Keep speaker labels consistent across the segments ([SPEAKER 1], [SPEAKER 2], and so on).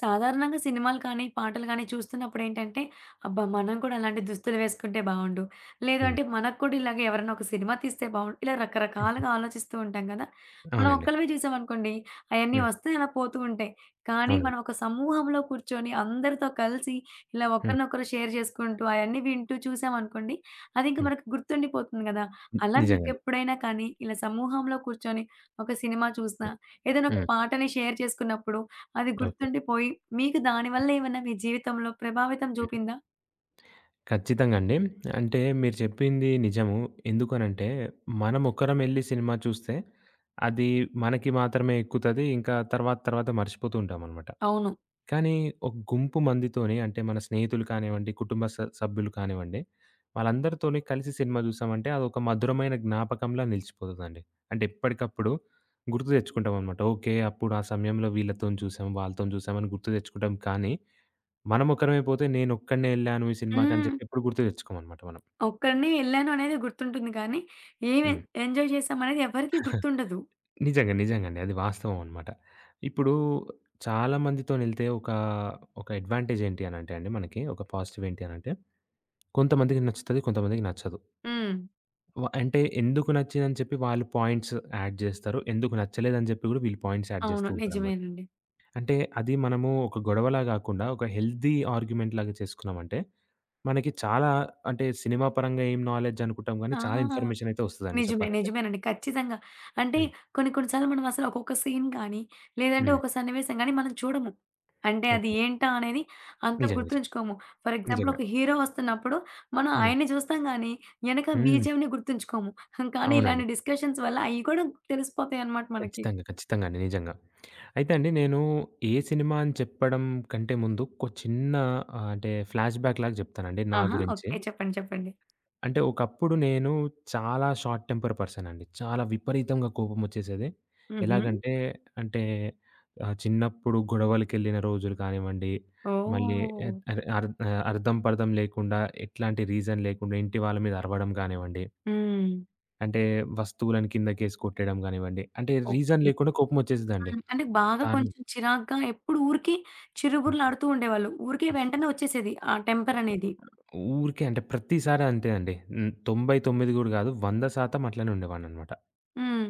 [SPEAKER 1] సాధారణంగా సినిమాలు కానీ, పాటలు కానీ చూస్తున్నప్పుడేంటంటే, అబ్బా! మనం కూడా అలాంటి దుస్తులు వేసుకుంటే బావుండు. లేదు
[SPEAKER 2] హ్మ్.
[SPEAKER 1] అంటే మనకు కూడా ఇలాగ ఎవరైనా ఒక సినిమా తీస్తే బావుండు. ఇలా రకరకాలుగా ఆలోచిస్తూ ఉంటాం కదా! మనం
[SPEAKER 2] అవునండి.
[SPEAKER 1] ఒక్కళ్ళమే చూసామనుకోండి, అయన్నీ
[SPEAKER 2] హ్మ్.
[SPEAKER 1] వస్తాయి అలా పోతూ ఉంటాయి. కానీ
[SPEAKER 2] అవునండి.
[SPEAKER 1] మనం ఒక సమూహంలో కూర్చొని అందరితో కలిసి ఇలా
[SPEAKER 2] హ్మ్.
[SPEAKER 1] ఒకరినొకరు షేర్ చేసుకుంటూ అయన్నీ వింటూ చూసామనుకోండి, అది ఇంకా
[SPEAKER 2] హ్మ్.
[SPEAKER 1] మనకు గుర్తుండిపోతుంది కదా! అలా
[SPEAKER 2] నిజంగండి.
[SPEAKER 1] మీకెప్పుడైనా కానీ ఇలా సమూహంలో కూర్చొని ఒక సినిమా చూసినా,
[SPEAKER 2] హ్మ్.
[SPEAKER 1] ఏదైనా ఒక
[SPEAKER 2] హ్మ్.
[SPEAKER 1] పాటని షేర్ చేసుకున్నప్పుడు అది
[SPEAKER 2] ఓకే.
[SPEAKER 1] గుర్తుండిపోయి మీకు దానివల్ల ఏమన్నా మీ జీవితంలో ప్రభావితం
[SPEAKER 2] హ్మ్.
[SPEAKER 1] చూపిందా?
[SPEAKER 2] ఖచ్చితంగా అండి. అంటే మీరు చెప్పింది నిజము. ఎందుకనంటే మనం ఒక్కరం ఎళ్లి సినిమా చూస్తే అది మనకి మాత్రమే ఎక్కుతది. ఇంకా తర్వాత తర్వాత మర్చిపోతూ ఉంటామనమాట.
[SPEAKER 1] అవును.
[SPEAKER 2] కానీ ఒక గుంపు మందితోని అంటే మన స్నేహితులు కానివ్వండి, కుటుంబ సభ్యులు కానివ్వండి, వాళ్ళందరితోని కలిసి సినిమా చూసామంటే అదొక మధురమైన జ్ఞాపకంలా నిలిచిపోతదండి. అంటే ఎప్పటికప్పుడు గుర్తు తెచ్చుకుంటామనమాట. ఓకే. అప్పుడు ఆ సమయంలో వీళ్ళతోని చూసాం, వాళ్ళతోని చూసాం అని గుర్తు తెచ్చుకుంటాం. కానీ మనం ఒకరమైపోతే నేనొక్కడినే ఎళ్ళాను ఈ సినిమాకి అని
[SPEAKER 1] హ్మ్.
[SPEAKER 2] చెప్పి ఎప్పుడు గుర్తు తెచ్చుకోమనమాట మనం.
[SPEAKER 1] ఒక్కడినే ఎళ్ళాను అనేది గుర్తుంటుంది కానీ, ఏమి
[SPEAKER 2] హ్మ్.
[SPEAKER 1] ఎంజాయ్ చేశామనేది ఎవరికీ గుర్తుండదు.
[SPEAKER 2] నిజంగా. నిజంగండి. అది వాస్తవం అనమాట. ఇప్పుడు చాలా మందితోనెళ్తే ఒక అడ్వాంటేజ్ ఏంటి అనంటే అండి మనకి ఒక పాజిటివ్ ఏంటి అనంటే కొంతమందికి నచ్చుతది. కొంతమందికి నచ్చదు.
[SPEAKER 1] హ్మ్.
[SPEAKER 2] అంటే ఎందుకు నచ్చిందని చెప్పి వాళ్ళు పాయింట్స్ యాడ్ జేస్తారు. ఎందుకు నచ్చలేదని జెప్పి గూడా వీళ్ళు పాయింట్స్ యాడ్
[SPEAKER 1] అవును.
[SPEAKER 2] జేస్తూ ఉంటారనమాట.
[SPEAKER 1] నిజమేనండి.
[SPEAKER 2] అంటే అది మనము ఒక గొడవలా గాకుండా ఒక హెల్తీ ఆర్గ్యుమెంట్ లాగా చేసుకున్నామంటే, మనకి చాలా అంటే సినిమా పరంగా ఏం నాలెడ్జ్ అనుకుంటాం గానీ,
[SPEAKER 1] ఆ!
[SPEAKER 2] చాలా ఇన్ఫర్మేషన్ అయితే ఒస్తదండి
[SPEAKER 1] నిజమే.
[SPEAKER 2] చెప్పాలంటే.
[SPEAKER 1] నిజమేనండి. ఖచ్చితంగా. అంటే
[SPEAKER 2] హ్మ్.
[SPEAKER 1] కొన్ని కొన్ని సార్లు మనం అసలు ఒక్కొక్క సీన్ గానీ, లేదంటే
[SPEAKER 2] హ్మ్.
[SPEAKER 1] ఒక సన్నివేశం గానీ మనం చూడము. అంటే అది
[SPEAKER 2] ఓకే.
[SPEAKER 1] ఏంటా అనేది అంత
[SPEAKER 2] నిజంగా. నిజంగా.
[SPEAKER 1] గుర్తుంచుకోము. ఫర్ ఎగ్జాంపుల్
[SPEAKER 2] నిజంగా.
[SPEAKER 1] ఒక హీరో వస్తున్నప్పుడు మనం
[SPEAKER 2] హ్మ్.
[SPEAKER 1] ఆయన్ని చూస్తాం గానీ, ఎనక
[SPEAKER 2] హ్మ్.
[SPEAKER 1] బీజీఎంని గుర్తుంచుకోము. హ్మ్. కానీ
[SPEAKER 2] అవునండి.
[SPEAKER 1] ఇలాంటి డిస్కషన్స్ వల్ల అయి కూడా తెలిసిపోతాయన్నమాట మనకి.
[SPEAKER 2] ఖచ్చితంగా. ఖచ్చితంగా అండి. నిజంగా. అయితే అండి నేను ఏ సినిమా అని చెప్పడం కంటే ముందు ఒక చిన్న అంటే ఫ్లాష్ బ్యాక్ లాగా చెప్తానండి నా
[SPEAKER 1] ఆహా!
[SPEAKER 2] గురించి.
[SPEAKER 1] ఓకే. చెప్పండి. చెప్పండి.
[SPEAKER 2] అంటే ఒకప్పుడు నేను చాలా షార్ట్ టెంపర్ పర్సన్ అండి. చాలా విపరీతంగా కోపం వచ్చేసేది.
[SPEAKER 1] హుహు.
[SPEAKER 2] ఎలాగంటే అంటే చిన్నప్పుడు గొడవలకెళ్ళిన రోజులు కానివ్వండి, మళ్ళీ
[SPEAKER 1] ఓహ్!
[SPEAKER 2] ఎత్ అర్ అర్ అర్థం పర్థం లేకుండా ఎట్లాంటి రీజన్ లేకుండా ఇంటి వాళ్ళ మీద అరవడం కానివ్వండి,
[SPEAKER 1] హ్మ్.
[SPEAKER 2] అంటే వస్తువులను కిందకేసి కొట్టేయడం కానివ్వండి, అంటే రీజన్
[SPEAKER 1] ఓకే.
[SPEAKER 2] లేకుండా కోపం వచ్చేసేదండి.
[SPEAKER 1] హ్మ్. అంటే బాగా
[SPEAKER 2] కానీ
[SPEAKER 1] కొంచెం చిరాగ్గా ఎప్పుడు ఊరికే చిరుబుర్లాడుతూ ఉండేవాళ్ళు. ఊరికే వెంటనే వచ్చేసేది ఆ టెంపర్ అనేది.
[SPEAKER 2] ఊరికే అంటే ప్రతిసారి అంతేనండి. హ్మ్. 99 గూడా గాదు. 100% అట్లనే ఉండేవాడిననమాట.
[SPEAKER 1] హ్మ్.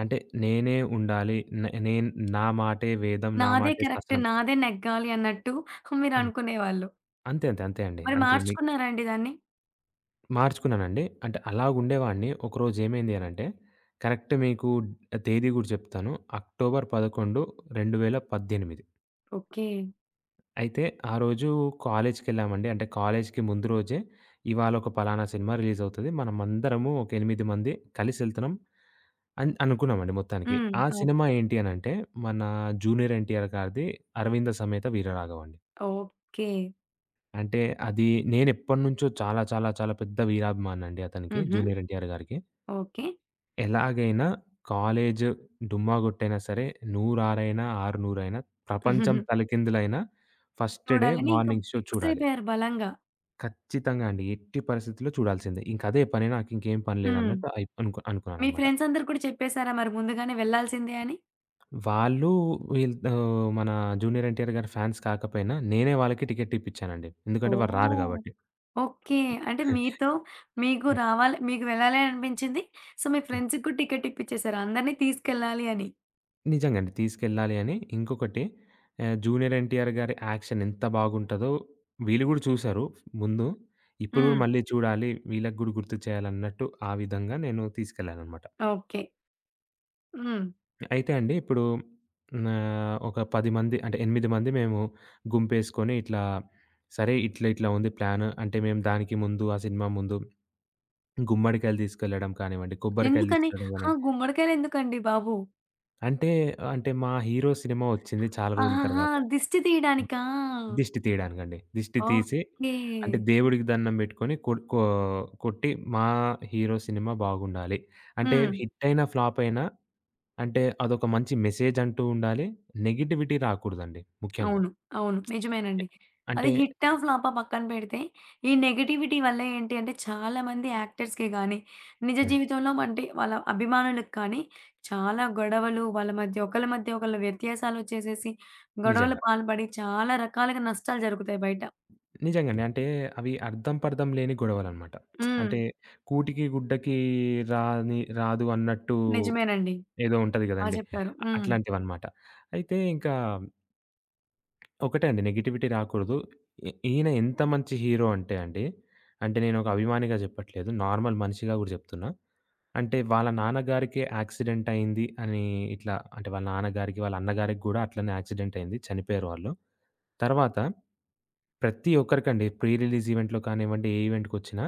[SPEAKER 2] అంటే నేనే ఉండాలి. నేను నా మాటే వేదం, నా
[SPEAKER 1] నాదే
[SPEAKER 2] మాటే
[SPEAKER 1] కరెక్ట్.
[SPEAKER 2] శాస్త్రం.
[SPEAKER 1] నాదే నెగ్గాలి అన్నట్టు
[SPEAKER 2] అంతే.
[SPEAKER 1] మీరనుకునేవాళ్ళు.
[SPEAKER 2] అంతే. అంతే. అంతే అండి.
[SPEAKER 1] మరి
[SPEAKER 2] అంతే.
[SPEAKER 1] మార్చుకున్నారా అండి దాన్ని?
[SPEAKER 2] మార్చుకున్నానండి. అంటే అలాగుండేవాడిని. ఒకరోజు ఏమైంది అనంటే, కరెక్ట్ మీకు తేదీ గూడా చెప్తాను. అక్టోబర్ 11, 2018.
[SPEAKER 1] ఓకే.
[SPEAKER 2] అయితే ఆ రోజు కాలేజ్‌కెళ్ళామండి. అంటే కాలేజ్‌కి ముందు రోజే ఇవాళ ఒక పలానా సినిమా రిలీజ్ అవుతది. మనమందరము ఒక 8 మంది కలిసెళ్తున్నాం. అనుకున్నామండి మొత్తానికి.
[SPEAKER 1] హ్మ్.
[SPEAKER 2] ఆ సినిమా
[SPEAKER 1] ఓకే.
[SPEAKER 2] ఏంటి అనంటే, మన 'జూనియర్ ఎన్టీఆర్' గారిది 'అరవింద సమేత వీరరాఘవ' అండి.
[SPEAKER 1] ఓకే.
[SPEAKER 2] అంటే అది నేనెప్పటినుంచో చాలా చాలా చాలా పెద్ద వీరాభిమానండి అతనికి
[SPEAKER 1] హుహు.
[SPEAKER 2] 'జూనియర్ ఎన్టీఆర్' గారికి.
[SPEAKER 1] ఓకే.
[SPEAKER 2] ఎలాగైనా కాలేజు డుమ్మా గొట్టైనా సరే, నూరారైనా, ఆరునూరైనా, ప్రపంచం తలకిందులైనా ఫస్ట్ డే
[SPEAKER 1] చూడాలని ఇంకా
[SPEAKER 2] మార్నింగ్ షో
[SPEAKER 1] ఫిక్స్
[SPEAKER 2] చూడాలి.
[SPEAKER 1] అయిపోయారు బలంగా.
[SPEAKER 2] ఖచ్చితంగా అండి. ఎట్టి పరిస్థితుల్లో చూడాల్సిందే. ఇంకదే పని నాకింకేం పని
[SPEAKER 1] హ్మ్.
[SPEAKER 2] లేదన్నట్టు అయి
[SPEAKER 1] మీ
[SPEAKER 2] అనుకున్నాననమాట.
[SPEAKER 1] ఫ్రెండ్స్ అందరూ కూడా చెప్పేసారా మరి ముందుగానే వెళ్ళాల్సిందే అని?
[SPEAKER 2] వాళ్ళు మన 'జూనియర్ ఎన్‌టిఆర్' గారి ఫ్యాన్స్ కాకపోయినా, నేనే వాళ్ళకి టికెట్ ఇప్పించానండి. ఎందుకంటే వాళ్ళు రారు
[SPEAKER 1] ఓహ్!
[SPEAKER 2] గాబట్టి.
[SPEAKER 1] ఓకే. అంటే మీతో మీకు
[SPEAKER 2] హ్మ్.
[SPEAKER 1] రావాలి మీకు వెళ్ళాలి అని అనిపించింది. సో, మీ
[SPEAKER 2] హ్మ్.
[SPEAKER 1] ఫ్రెండ్స్‌కి కూడా టికెట్ ఇప్పిచ్చేసారు. అందరిని తీసుకెళ్ళాలి అని.
[SPEAKER 2] నిజంగా అండి. తీసుకెళ్ళాలి అని. ఇంకొకటి 'జూనియర్ ఎన్‌టిఆర్' గారి యాక్షన్ ఎంత బాగుంటదో వీళ్ళు గూడా చూసారు ముందు. ఇప్పుడు గూడా
[SPEAKER 1] హ్మ్.
[SPEAKER 2] మళ్ళీ చూడాలి, వీళ్ళకి గూడా గుర్తు చేయాలన్నట్టు ఆ విధంగా నేను తీసుకెళ్ళాననమాట.
[SPEAKER 1] ఓకే. హ్మ్.
[SPEAKER 2] అయితే అండి ఇప్పుడు ఒక 10 మంది అంటే 8 మంది మేము గుంపేసుకొని ఇట్లా, సరే ఇట్లా ఇట్లా ఉంది ప్లాను. అంటే మేము దానికి ముందు ఆ సినిమా ముందు గుమ్మడికాయలు తీసుకెళ్ళడం కానివ్వండి, కొబ్బరికాయలు
[SPEAKER 1] ఎందుకని?
[SPEAKER 2] తీసుకెళ్ళడం
[SPEAKER 1] ఆ!
[SPEAKER 2] కానివ్వండి.
[SPEAKER 1] గుమ్మడికాయలెందుకండి బాబు?
[SPEAKER 2] అంటే, అంటే మా హీరో సినిమా వచ్చింది చాలా రోజుల
[SPEAKER 1] ఆహాహా!
[SPEAKER 2] తర్వాత.
[SPEAKER 1] దిష్టి తీయడానికా?
[SPEAKER 2] దిష్టి తీయడానికండి. దిష్టి తీసి
[SPEAKER 1] ఓకే.
[SPEAKER 2] అంటే దేవుడికి దండం పెట్టుకొని కొడ్ కో కొట్టి మా హీరో సినిమా బాగుండాలి. అంటే
[SPEAKER 1] హ్మ్.
[SPEAKER 2] హిట్ అయినా, ఫ్లాప్ అయినా అంటే అదొక మంచి మెసేజ్ అంటూ ఉండాలి. నెగటివిటీ రాకూడదండి ముఖ్యంగా.
[SPEAKER 1] అవును. అవును. నిజమేనండి.
[SPEAKER 2] అంటే
[SPEAKER 1] అది హిట్టా, ఫ్లాపా పక్కన పెడితే, ఈ నెగటివిటీ వల్ల ఏంటి అంటే చాలామంది యాక్టర్స్‌కి గానీ, నిజ
[SPEAKER 2] హ్మ్.
[SPEAKER 1] జీవితంలో అంటే వాళ్ళ అభిమానులకు కానీ చాలా గొడవలు వాళ్ళ మధ్య ఒకళ్ళ మధ్య ఒకళ్ళు వ్యత్యాసాలొచ్చేసేసి, గొడవలు
[SPEAKER 2] నిజంగా.
[SPEAKER 1] పాల్పడి చాలా రకాలుగా నష్టాలు జరుగుతాయి బయట.
[SPEAKER 2] నిజంగానే. అంటే అవి అర్థం పర్థం లేని గొడవలనమాట.
[SPEAKER 1] హ్మ్.
[SPEAKER 2] అంటే కూటికి గుడ్డకి రాని రాదు అన్నట్టు
[SPEAKER 1] నిజమేనండి.
[SPEAKER 2] ఏదో ఉంటది
[SPEAKER 1] బా
[SPEAKER 2] గదండీ.
[SPEAKER 1] చెప్పారు. హ్మ్.
[SPEAKER 2] అట్లాంటివన్నమాట. అయితే ఇంకా, ఒకటే అండి. నెగటివిటీ రాకూడదు. ఈయన ఎంత మంచి హీరో అంటే అండి, అంటే నేను ఒక అభిమానిగా చెప్పట్లేదు. నార్మల్ మనిషిగా గూడా జెప్తున్నా. అంటే వాళ్ళ నాన్నగారికే యాక్సిడెంట్ అయింది అని ఇట్లా అంటే వాళ్ళ నాన్నగారికి, వాళ్ళ అన్నగారికి గూడా అట్లనే యాక్సిడెంట్ అయింది. చనిపోయారు వాళ్ళు. తర్వాత ప్రతి ఒక్కరికండి ప్రీ రిలీజ్ ఈవెంట్‌లో కానివ్వండి, ఏ ఈవెంట్‌కొచ్చినా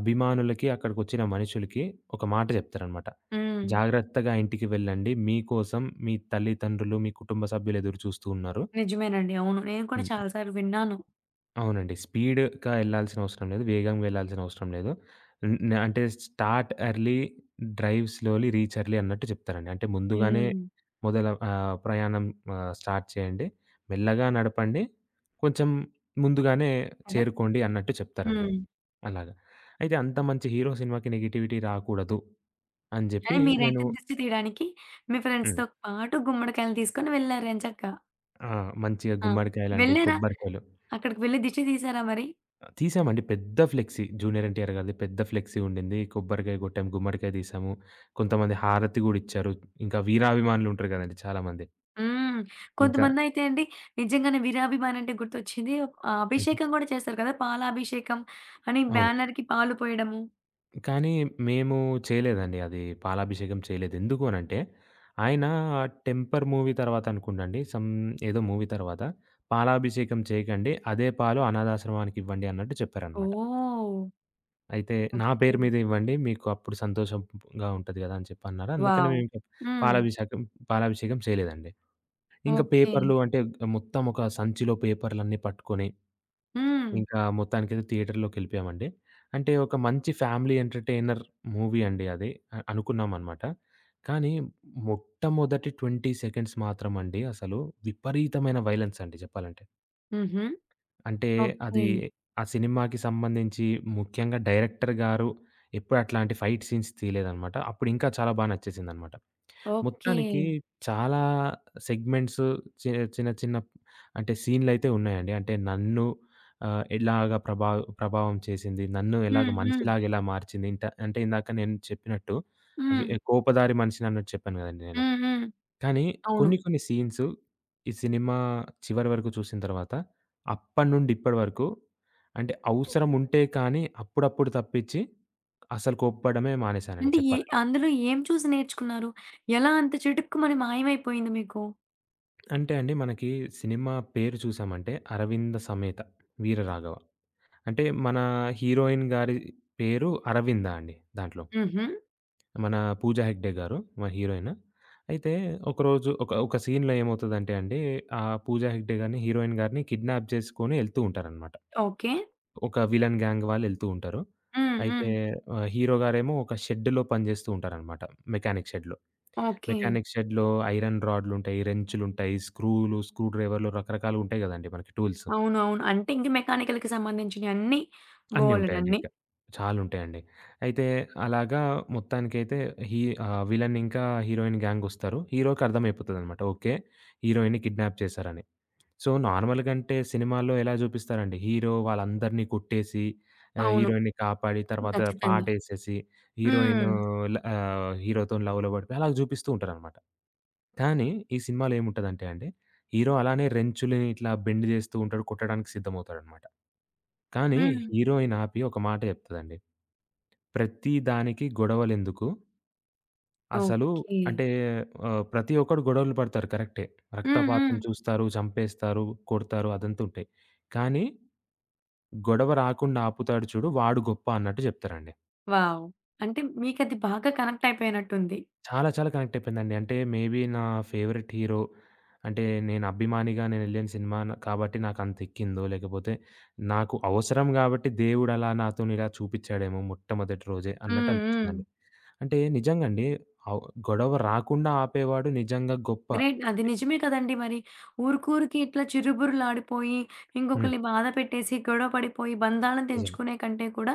[SPEAKER 2] అభిమానులకి, అక్కడికొచ్చిన మనుషులకి ఒక మాట జెప్తారనమాట.
[SPEAKER 1] హ్మ్.
[SPEAKER 2] జాగ్రత్తగా ఇంటికి వెళ్ళండి. మీకోసం మీ తల్లిదండ్రులు, మీ కుటుంబ సభ్యులు ఎదురు చూస్తూ ఉన్నారు.
[SPEAKER 1] నిజమేనండి. అవును. నేను కూడా
[SPEAKER 2] హ్మ్.
[SPEAKER 1] చాలా సార్లు విన్నాను.
[SPEAKER 2] అవునండి. స్పీడ్‌గా ఎళ్ళాల్సిన అవసరం లేదు. వేగంగా ఎళ్ళాల్సిన అవసరం లేదు. హ్మ్. అంటే start early, drive slowly, reach early అన్నట్టు చెప్తారండి. అంటే ముందుగానే
[SPEAKER 1] హ్మ్.
[SPEAKER 2] ప్రయాణం స్టార్ట్ చేయండి. మెల్లగా నడపండి. కొంచెం ముందుగానే
[SPEAKER 1] కదా!
[SPEAKER 2] చేరుకోండి అన్నట్టు చెప్తారండి.
[SPEAKER 1] హ్మ్.
[SPEAKER 2] అలాగా. అయితే అంత మంచి హీరో సినిమాకి నెగటివిటీ రాకూడదు అని జెప్పి
[SPEAKER 1] కానీ
[SPEAKER 2] నేను
[SPEAKER 1] మీరైతే దిష్టి తీయడానికి మీ
[SPEAKER 2] హ్మ్.
[SPEAKER 1] ఫ్రెండ్స్‌తో పాటు గుమ్మడికాయలు తీసుకొని వెళ్లారు ఎంచక్కా.
[SPEAKER 2] ఆ! మంచిగా
[SPEAKER 1] ఆ!
[SPEAKER 2] గుమ్మడికాయలండి,
[SPEAKER 1] వెళ్లారా?
[SPEAKER 2] కొబ్బరికాయలు
[SPEAKER 1] అక్కడికి వెళ్లి దిష్టి తీసారా మరి?
[SPEAKER 2] ఆ! తీసామండి. పెద్ద ఫ్లెక్సీ 'జూనియర్ ఎన్‌టిఆర్' గారిది పెద్ద ఫ్లెక్సీ ఉండింది. కొబ్బరికాయ కొట్టాం, గుమ్మడికాయ తీసాము. కొంతమంది హారతి గూడా ఇచ్చారు. ఇంకా వీరాభిమానులు ఉంటారు గదండీ చాలామంది.
[SPEAKER 1] హ్మ్.
[SPEAKER 2] ఇంకా
[SPEAKER 1] కొంతమందయితే అండి నిజంగానే వీరాభిమాని అంటే గుర్తొచ్చింది.
[SPEAKER 2] హుహు.
[SPEAKER 1] అభిషేకం గూడా చేస్తారు కదా! పాలాభిషేకం అని
[SPEAKER 2] అవునండి.
[SPEAKER 1] బ్యానర్‌కి పాలు పోయడము.
[SPEAKER 2] కానీ మేము చేయలేదండి అది పాలాభిషేకం చేయలేదు. ఎందుకు అనంటే, ఆయన 'టెంపర్' మూవీ తర్వాత అనుకుంటండి ఏదో మూవీ తర్వాత పాలాభిషేకం చేయకండి. అదే పాలు అనాథాశ్రమానికి ఇవ్వండి అన్నట్టు చెప్పారనమాట.
[SPEAKER 1] ఓహ్!
[SPEAKER 2] అయితే నా
[SPEAKER 1] ఓకే.
[SPEAKER 2] పేరు మీద ఇవ్వండి. మీకు అప్పుడు సంతోషంగా ఉంటది గదా! అని చెప్పన్నారు. అందుకని
[SPEAKER 1] వావ్!
[SPEAKER 2] మేమింకా
[SPEAKER 1] హ్మ్.
[SPEAKER 2] పాలాభిషేకం పాలాభిషేకం చేయలేదండి. ఇంకా
[SPEAKER 1] ఓకే.
[SPEAKER 2] పేపర్‌లు అంటే మొత్తం ఒక సంచిలో పేపర్‌లన్నీ పట్టుకొని,
[SPEAKER 1] హ్మ్.
[SPEAKER 2] ఇంకా మొత్తానికైతే థియేటర్‌లోకెళ్ళిపోయామండి. అంటే ఒక మంచి ఫ్యామిలీ ఎంటర్‌టైనర్ మూవీ అండి అది. అనుకున్నామనమాట. కానీ మొట్టమొదటి 20 సెకండ్స్ మాత్రమండి అసలు విపరీతమైన వయలెన్స్ అండి చెప్పాలంటే.
[SPEAKER 1] హుహు.
[SPEAKER 2] అంటే
[SPEAKER 1] ఓకే.
[SPEAKER 2] అది ఆ సినిమాకి సంబంధించి ముఖ్యంగా డైరెక్టర్ గారు ఎప్పుడు అట్లాంటి ఫైట్ సీన్స్ తీయలేదనమాట. అప్పుడు ఇంకా చాలా బా నచ్చేసిందనమాట.
[SPEAKER 1] ఓకే.
[SPEAKER 2] మొత్తానికి చాలా సెగ్మెంట్స్ చి చిన్న చిన్న అంటే సీన్‌లయితే ఉన్నాయండి. అంటే నన్ను ఎలాగా ప్రభావం చేసింది, నన్ను ఎలాగ
[SPEAKER 1] హ్మ్. హ్మ్.
[SPEAKER 2] మనిషిలాగా ఎలా మార్చింది. అంటే ఇందాక నేను చెప్పినట్టు అవి
[SPEAKER 1] హ్మ్.
[SPEAKER 2] కోపదారి మనిషినన్నట్టు చెప్పాను గదండీ నేను.
[SPEAKER 1] హ్మ్. హ్మ్.
[SPEAKER 2] కానీ
[SPEAKER 1] అవును.
[SPEAKER 2] కొన్ని కొన్ని సీన్స్ ఈ సినిమా చివరి వరకు చూసిన తర్వాత అప్పటి నుండి ఇప్పటి వరకు అంటే అవసరం ఉంటే కానీ అప్పుడప్పుడు తప్పించి అసలు కోప్పడమే మానేశానండి
[SPEAKER 1] అంటే
[SPEAKER 2] చెప్పాలంటే.
[SPEAKER 1] అందులో ఏం చూసి నేర్చుకున్నారు? ఎలా అంత చటుక్కుమని మాయమైపోయింది మీకు?
[SPEAKER 2] అంటే అండి మనకి సినిమా పేరు చూసామంటే 'అరవింద సమేత వీర రాఘవ.' అంటే మన హీరోయిన్ గారి పేరు అరవింద అండి దాంట్లో.
[SPEAKER 1] హుహు.
[SPEAKER 2] మన 'పూజా హెగ్డే' గారు మన హీరోయిన్. అయితే ఒకరోజు ఒక ఒక సీన్‌లో ఏమవుతదంటే అండి పూజా హెగ్డే గారిని హీరోయిన్ గారిని కిడ్నాప్ చేసుకొని ఎళ్తూ ఉంటారనమాట.
[SPEAKER 1] ఓకే.
[SPEAKER 2] ఒక విలన్ గ్యాంగ్ వాళ్ళెళ్తూ ఉంటారు.
[SPEAKER 1] హ్మ్.
[SPEAKER 2] అయితే
[SPEAKER 1] హ్మ్.
[SPEAKER 2] హీరో గారేమో ఒక షెడ్‌లో పనిజేస్తూ ఉంటారనమాట. మెకానిక్ షెడ్‌లో.
[SPEAKER 1] ఓకే.
[SPEAKER 2] మెకానిక్ షెడ్‌లో ఐరన్ రాడ్‌లుంటాయి, రెంచులుంటాయి, స్క్రూలు, స్క్రూ డ్రైవర్లు రకరకాలుంటాయి గదండీ మనకి టూల్స్.
[SPEAKER 1] అవును. అవును. అంటే ఇంక మెకానికల్‌కి సంబంధించినయి అన్నీ
[SPEAKER 2] అన్నీ ఉంటాయండి
[SPEAKER 1] బోలెడన్ని.
[SPEAKER 2] ఇంకా. చాలుంటాయండి. అయితే అలాగా మొత్తానికైతే విలన్ ఇంకా హీరోయిన్ గ్యాంగొస్తారు. హీరోకర్థమైపోతదనమాట. ఓకే. హీరోయిన్‌ని కిడ్నాప్ చేశారని. సో, నార్మల్‌గా అంటే సినిమాల్లో ఎలా జూపిస్తారండి. హీరో వాళ్ళందరిని కొట్టేసి
[SPEAKER 1] అవును.
[SPEAKER 2] హీరోయిన్‌ని కాపాడి తర్వాత
[SPEAKER 1] ఖచ్చితంగా.
[SPEAKER 2] పాటేసేసి హీరోయిను
[SPEAKER 1] హ్మ్.
[SPEAKER 2] హీరోతోని లవ్‌లో పడిపోయి అలా జూపిస్తూ ఉంటారనమాట. కానీ ఈ సినిమాలో ఏముంటదంటే అండి, హీరో అలానే రెంచుని ఇట్లా బెండ్ జేస్తూ ఉంటాడు. కొట్టడానికి సిద్ధమవుతాడనమాట. కానీ
[SPEAKER 1] హ్మ్.
[SPEAKER 2] హీరోయిన్ ఆపి ఒక మాట జెప్తదండి. "ప్రతి దానికి గొడవలెందుకు?" అసలు
[SPEAKER 1] ఓకే.
[SPEAKER 2] అంటే ప్రతి ఒక్కడు గొడవలు పడతారు కరెక్టే.
[SPEAKER 1] హ్మ్.
[SPEAKER 2] రక్తపాతం
[SPEAKER 1] హ్మ్.
[SPEAKER 2] చూస్తారు, చంపేస్తారు, కొడతారు అదంతా ఉంటాయి. కానీ గొడవ రాకుండా ఆపుతాడు చూడు వాడు గొప్ప అన్నట్టు చెప్తారండి.
[SPEAKER 1] వావ్! అంటే మీకది బాగా కనెక్ట్ అయిపోయినట్టుంది.
[SPEAKER 2] చాలా చాలా కనెక్ట్ అయిపోయిందండి. అంటే మేబీ నా ఫేవరెట్ హీరో అంటే నేను అభిమానిగా నేనెళ్ళిన సినిమా కాబట్టి నాకంత ఎక్కిందో లేకపోతే నాకు అవసరం గాబట్టి దేవుడు అలా నాతోని ఇలా చూపిచ్చాడేమో మొట్టమొదటి రోజే అన్నట్టు
[SPEAKER 1] హ్మ్. హ్మ్.
[SPEAKER 2] అనిపిచ్చిందండి. అంటే నిజంగా అండి ఆవ్ గొడవ రాకుండా ఆపేవాడు నిజంగా గొప్ప.
[SPEAKER 1] గ్రేట్. అది నిజమే కదండీ మరి. ఊరుకూరికే ఇట్లా చిరుబుర్రులాడిపోయి,
[SPEAKER 2] హ్మ్.
[SPEAKER 1] ఇంకొకళ్ళని బాధ పెట్టేసి, గొడవ పడిపోయి, బంధాలను
[SPEAKER 2] నిజంగా.
[SPEAKER 1] తెంచుకునే కంటే కూడా,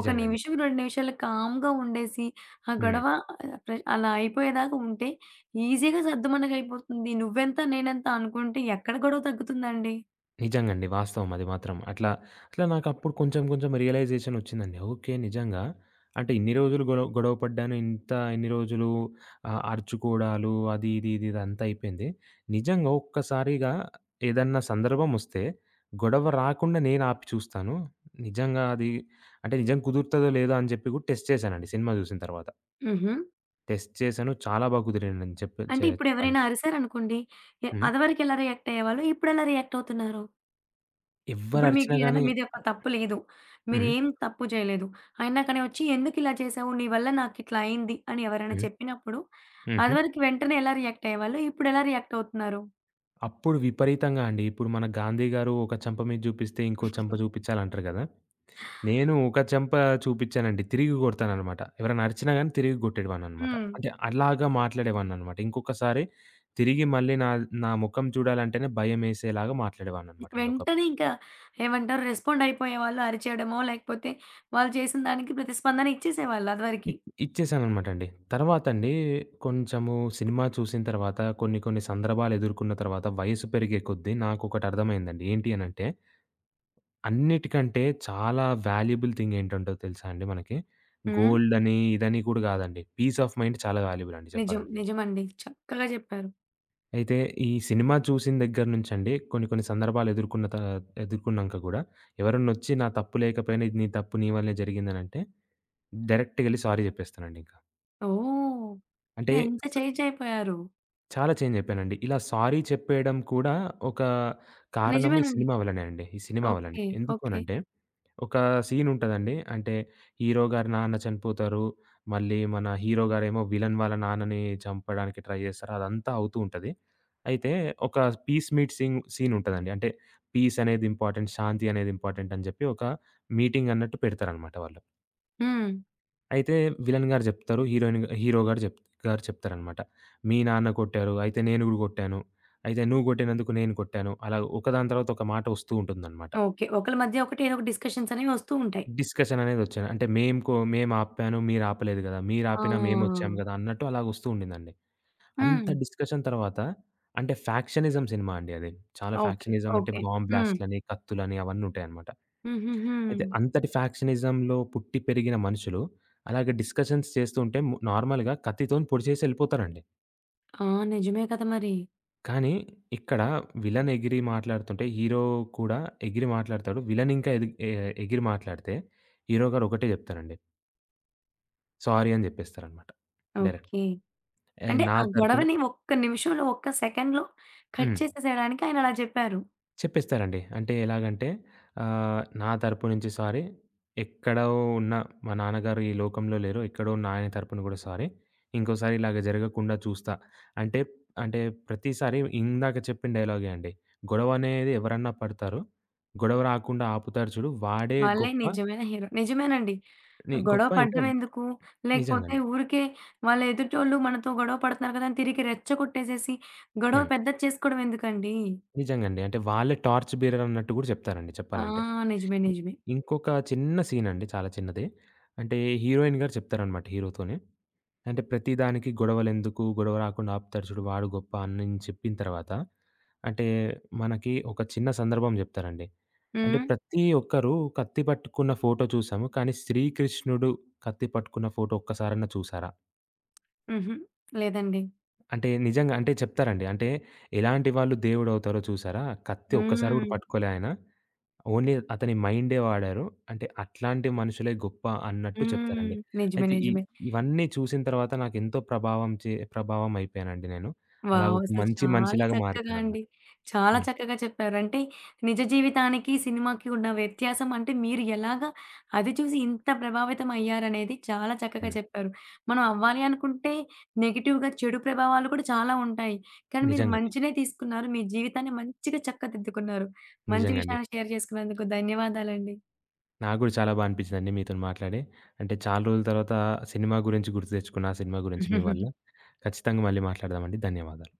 [SPEAKER 1] ఒక నిమిషం, 2 నిమిషాలు కామ్‌గా ఉండేసి, ఆ
[SPEAKER 2] హ్మ్.
[SPEAKER 1] గొడవ ఆహ్, ప్ర అలా అయిపోయేదాకా ఉంటే, ఈజీగా సద్దుమణగైపోతుంది. నువ్వెంత, నేనెంత అనుకుంటే ఎక్కడ గొడవ తగ్గుతుందండి.
[SPEAKER 2] నిజంగండి. వాస్తవం అది మాత్రం. అట్లా, అట్లా నాకప్పుడు కొంచెం కొంచెం రియలైజేషన్ ఒచ్చిందండి. ఓకే. నిజంగా అంటే ఇన్ని రోజులు గొడవ గొడవ పడ్డాను. ఇంత ఇన్ని రోజులు అరుచుకోవడాలు అది ఇది ఇది ఇదంతా అయిపోయింది. నిజంగా ఒక్కసారిగా ఏదన్నా సందర్భమొస్తే గొడవ రాకుండా నేను ఆపి చూస్తాను. నిజంగా అది అంటే నిజం కుదురుతదో లేదో అని చెప్పి కూడా టెస్ట్ చేశానండి సినిమా చూసిన తర్వాత.
[SPEAKER 1] హుహు.
[SPEAKER 2] టెస్ట్ చేశాను. చాలా బాగా కుదిరిందని
[SPEAKER 1] అంటే
[SPEAKER 2] చెప్పాలండి.
[SPEAKER 1] ఇప్పుడెవరైనా అరిసారనుకోండి,
[SPEAKER 2] హ్మ్.
[SPEAKER 1] అదివరకెలా రియాక్ట్ అయ్యేవాళ్ళు, ఇప్పుడెలా రియాక్ట్ అవుతున్నారు? ఇప్పుడు మీకు
[SPEAKER 2] ఎవ్వరరిచినా
[SPEAKER 1] ఏదైనా
[SPEAKER 2] గాని
[SPEAKER 1] మీదొక తప్పు లేదు.
[SPEAKER 2] హ్మ్.
[SPEAKER 1] మీరేం తప్పు చేయలేదు. అయినా కానీ వచ్చి "ఎందుకిలా చేశావు? నీ వల్ల నాకిట్లా అయింది" అని ఎవరైనా
[SPEAKER 2] హ్మ్.
[SPEAKER 1] చెప్పినప్పుడు,
[SPEAKER 2] హుహు.
[SPEAKER 1] అదివరకు వెంటనే ఎలా రియాక్ట్ అయ్యేవాళ్ళు? ఇప్పుడెలా రియాక్ట్ అవుతున్నారు?
[SPEAKER 2] అప్పుడు విపరీతంగా అండి. ఇప్పుడు మన 'గాంధీ' గారు ఒక చెంప మీద జూపిస్తే ఇంకో చెంప జూపిచ్చాలంటారు గదా! నేను ఒక చెంప చూపిచ్చానండి. తిరిగి గొడతాననమాట. ఎవరైనా అరిచినా గాని తిరిగి గొట్టేవాడిననమాట.
[SPEAKER 1] హ్మ్.
[SPEAKER 2] అంటే అలాగా మాట్లాడేవాడిననమాట. ఇంకొకసారి తిరిగి మళ్ళీ నా నా ముఖం చూడాలంటేనే భయమేసేలాగా మాట్లాడేవాడిననమాట అండి ఒకప్పుడు.
[SPEAKER 1] వెంటనే ఇంకా ఏమంటారు? రెస్పాండ్ అయిపోయేవాళ్ళు అరిచేయడమో, లేకపోతే వాళ్ళు చేసిన దానికి ప్రతిస్పందన ఇచ్చేసేవాళ్ళు
[SPEAKER 2] ఇ
[SPEAKER 1] అదివరకి.
[SPEAKER 2] ఇచ్చేసాననమాట అండి. తర్వాతండి కొంచెము సినిమా చూసిన తర్వాత కొన్ని కొన్ని సందర్భాలెదుర్కున్న తర్వాత వయసు పెరిగే కొద్దీ నాకొకటర్థమైందండి. ఏంటి అనంటే అన్నిటికంటే చాలా వాల్యుబుల్ థింగ్ ఏంటంటో తెలుసా అండి మనకి?
[SPEAKER 1] హ్మ్.
[SPEAKER 2] గోల్డని, ఇదని కూడా కాదండి. పీస్ ఆఫ్ మైండ్ చాలా వాల్యుబుల్ అండి
[SPEAKER 1] నిజం.
[SPEAKER 2] చెప్పాలంటే.
[SPEAKER 1] నిజమండి. చక్కగా చెప్పారు.
[SPEAKER 2] అయితే ఈ సినిమా చూసిన దగ్గర నుంచండి కొన్ని కొన్ని సందర్భాలు ఎదుర్కొన్నంక కూడా ఎవరన్నొచ్చి నా తప్పు లేకపోయినా ఇది నీ తప్పు నీ వల్లే జరిగిందనంటే డైరెక్ట్‌గెళ్లి సారీ చెప్పేస్తానండింకా.
[SPEAKER 1] ఓహ్!
[SPEAKER 2] అంటే
[SPEAKER 1] అంటే ఎంత
[SPEAKER 2] స
[SPEAKER 1] చేంజ్ అయిపోయారు.
[SPEAKER 2] చాలా చేంజ్ అయిపోయానండి. ఇలా సారీ చెప్పేయడం కూడా ఒక కారణము ఈ
[SPEAKER 1] నిజమేనండి.
[SPEAKER 2] సినిమా వల్లనే అండి. ఈ సినిమా వల్లనే.
[SPEAKER 1] ఓకే.
[SPEAKER 2] ఎందుకు
[SPEAKER 1] ఓకే.
[SPEAKER 2] అనంటే ఒక సీనుంటదండి. అంటే హీరో గారి నాన్న చనిపోతారు. మళ్ళీ మన హీరో గారేమో విలన్ వాళ్ళ నాన్నని చంపడానికి ట్రై జేస్తారు. అదంతా అవుతూ ఉంటది. అయితే ఒక పీస్ మీట్ సీనుంటదండి. అంటే పీస్ అనేది ఇంపార్టెంట్, శాంతి అనేది ఇంపార్టెంట్ అని జెప్పి ఒక మీటింగ్ అన్నట్టు పెడతారనమాట వాళ్ళు.
[SPEAKER 1] హ్మ్.
[SPEAKER 2] అయితే విలన్ గారు జెప్తారు. హీరోయిన్ హీరో గారు జెప్ గారు చెప్తారనమాట. "మీ నాన్న కొట్టారు. అయితే నేను గూడా గొట్టాను. అయితే నువ్వు గొట్టినందుకు నేను కొట్టాను." అలా ఒకదాని తర్వాత ఒక మాట ఒస్తూ ఉంటుందనమాట.
[SPEAKER 1] ఓకే. ఒకళ్ళ మధ్య ఒకటి ఏదో ఒక డిస్కషన్స్ అనేవి వస్తూ ఉంటాయి.
[SPEAKER 2] డిస్కషన్ అనేదొచ్చాను. అంటే మేము మేమాపాను, మీరాపలేదు గదా! మీరాపినా మేమొచ్చాం
[SPEAKER 1] ఆ!
[SPEAKER 2] గదా! అన్నట్టు అలాగొస్తూ ఉండిందండి. అంత
[SPEAKER 1] హ్మ్.
[SPEAKER 2] డిస్కషన్ తర్వాత అంటే ఫ్యాక్షనిజం సినిమా అండి అది. చాలా
[SPEAKER 1] ఓకే.
[SPEAKER 2] ఫ్యాక్షనిజం అంటే
[SPEAKER 1] ఓకే.
[SPEAKER 2] బాంబ్
[SPEAKER 1] హ్మ్.
[SPEAKER 2] బ్లాస్ట్‌లని, కత్తులని అవన్నుంటాయనమాట.
[SPEAKER 1] హుహుహు.
[SPEAKER 2] అయితే అంతటి ఫ్యాక్షనిజంలో పుట్టి పెరిగిన మనుషులు అలాగే డిస్కషన్స్ చేస్తూ ఉంటే నార్మల్‌గా కత్తితోని పొడిచేసి ఎళ్ళిపోతారండి.
[SPEAKER 1] ఆ! నిజమే కదా మరి.
[SPEAKER 2] కానీ ఇక్కడ విలన్ ఎగిరి మాట్లాడుతుంటే హీరో కూడా ఎగిరి మాట్లాడతాడు. విలన్ ఇంకా ఎదిగ్ ఎ ఎగిరి మాట్లాడితే హీరో గారు ఒకటే జెప్తారండి. సారీ అని జెప్పేస్తారనమాట. డైరెక్ట్.
[SPEAKER 1] ఓకే. అంటే
[SPEAKER 2] నా
[SPEAKER 1] ఆ
[SPEAKER 2] తరపున
[SPEAKER 1] గొడవని ఒక్క నిమిషంలో, ఒక్క సెకండ్‌లో కట్
[SPEAKER 2] హ్మ్.
[SPEAKER 1] చేసేసేయడానికి ఆయన అలా చెప్పారు.
[SPEAKER 2] చెప్పేస్తారండి. అంటే ఎలాగంటే నా తరపు నుంచి సారీ, ఎక్కడో ఉన్న మా నాన్నగారు ఈ లోకంలో లేరు. ఎక్కడో ఉన్న ఆయన తరపున గూడా సారీ. ఇంకోసారి ఇలాగ జరగకుండా చూస్తా. అంటే అంటే ప్రతిసారి ఇందాక చెప్పిన డైలాగే అండి. గొడవనేది ఎవరన్నా పడతారు. గొడవ రాకుండా ఆపుతారు చూడు. వాడే
[SPEAKER 1] వాళ్ళే
[SPEAKER 2] గొప్ప
[SPEAKER 1] నిజమైన హీరో. నిజమేనండి.
[SPEAKER 2] ని
[SPEAKER 1] గొడవ
[SPEAKER 2] గొప్ప ఇంకా
[SPEAKER 1] పడడం ఎందుకు? లేకపోతే
[SPEAKER 2] నిజంగండి.
[SPEAKER 1] ఊరికే వాళ్ళ ఎదుటోళ్ళు మనతో గొడవ పడుతున్నారు కదా! అని తిరిగి రెచ్చగొట్టేసేసి గొడవ
[SPEAKER 2] హ్మ్.
[SPEAKER 1] పెద్దది చేసుకోవడం ఎందుకండి?
[SPEAKER 2] నిజంగండి. అంటే వాళ్ళే టార్చ్ బేరర్ అన్నట్టు గూడా జెప్తారండి
[SPEAKER 1] ఆ!
[SPEAKER 2] చెప్పాలంటే.
[SPEAKER 1] నిజమే.
[SPEAKER 2] ఇ
[SPEAKER 1] నిజమే.
[SPEAKER 2] ఇంకొక చిన్న సీనండి. చాలా చిన్నది. అంటే హీరోయిన్ గారు చెప్తారనమాట హీరోతోనే. అంటే ప్రతి దానికి గొడవలెందుకు? గొడవ రాకుండా ఆపుతాడు చూడు వాడు గొప్ప అని చెప్పిన తర్వాత, అంటే మనకి ఒక చిన్న సందర్భం జెప్తారండి. అంటే
[SPEAKER 1] హ్మ్.
[SPEAKER 2] ప్రతి ఒక్కరు కత్తి పట్టుకున్న ఫోటో చూసాము. కానీ శ్రీకృష్ణుడు కత్తి పట్టుకున్న ఫోటో ఒక్కసారన్నా చూసారా?
[SPEAKER 1] హుహు. లేదండి.
[SPEAKER 2] అంటే నిజంగా అంటే చెప్తారండి. అంటే ఎలాంటి వాళ్ళు దేవుడవుతారో చూసారా? కత్తి ఒక్కసారి గూడా
[SPEAKER 1] హ్మ్.
[SPEAKER 2] పట్టుకోలే ఆయన. ఓన్లీ అతని మైండే వాడారు. అంటే అట్లాంటి మనుషులే గొప్ప అన్నట్టు
[SPEAKER 1] హ్మ్.
[SPEAKER 2] చెప్తారండి.
[SPEAKER 1] నిజమే.
[SPEAKER 2] అయితే ఈ
[SPEAKER 1] నిజమే.
[SPEAKER 2] ఇవన్నీ చూసిన తర్వాత నాకెంతో ప్రభావం అయిపోయానండి నేను. అలా
[SPEAKER 1] వావ్!
[SPEAKER 2] ఒక
[SPEAKER 1] అసలు
[SPEAKER 2] మంచి
[SPEAKER 1] చాలా
[SPEAKER 2] మనిషిలాగా
[SPEAKER 1] చక్కగా అండి.
[SPEAKER 2] మారిపోయాననమాట.
[SPEAKER 1] చాలా
[SPEAKER 2] హ్మ్.
[SPEAKER 1] చక్కగా చెప్పారు. అంటే నిజ జీవితానికి, సినిమాకి ఉన్న వ్యత్యాసం అంటే మీరు ఎలాగా అది చూసి ఇంత ప్రభావితం అయ్యారనేది చాలా చక్కగా
[SPEAKER 2] హ్మ్.
[SPEAKER 1] చెప్పారు. మనం అవ్వాలి అనుకుంటే నెగెటివ్‌గా చెడు ప్రభావాలు కూడా చాలా ఉంటాయి. కానీ మీరు
[SPEAKER 2] నిజంగండి.
[SPEAKER 1] మంచినే తీసుకున్నారు. మీ జీవితాన్ని మంచిగా చక్కదిద్దుకున్నారు. మంచి
[SPEAKER 2] నిజంగండి.
[SPEAKER 1] విషయాన్ని షేర్ చేసుకున్నందుకు ధన్యవాదాలండి.
[SPEAKER 2] నాకు గూడా చాలా బా అనిపించిందండి మీతోని మాట్లాడి. అంటే చాలా రోజుల తర్వాత సినిమా గురించి గుర్తు తెచ్చుకున్న, ఆ సినిమా గురించి మీ వల్ల. ఖచ్చితంగా మళ్ళీ మాట్లాడదామండి. ధన్యవాదాలు.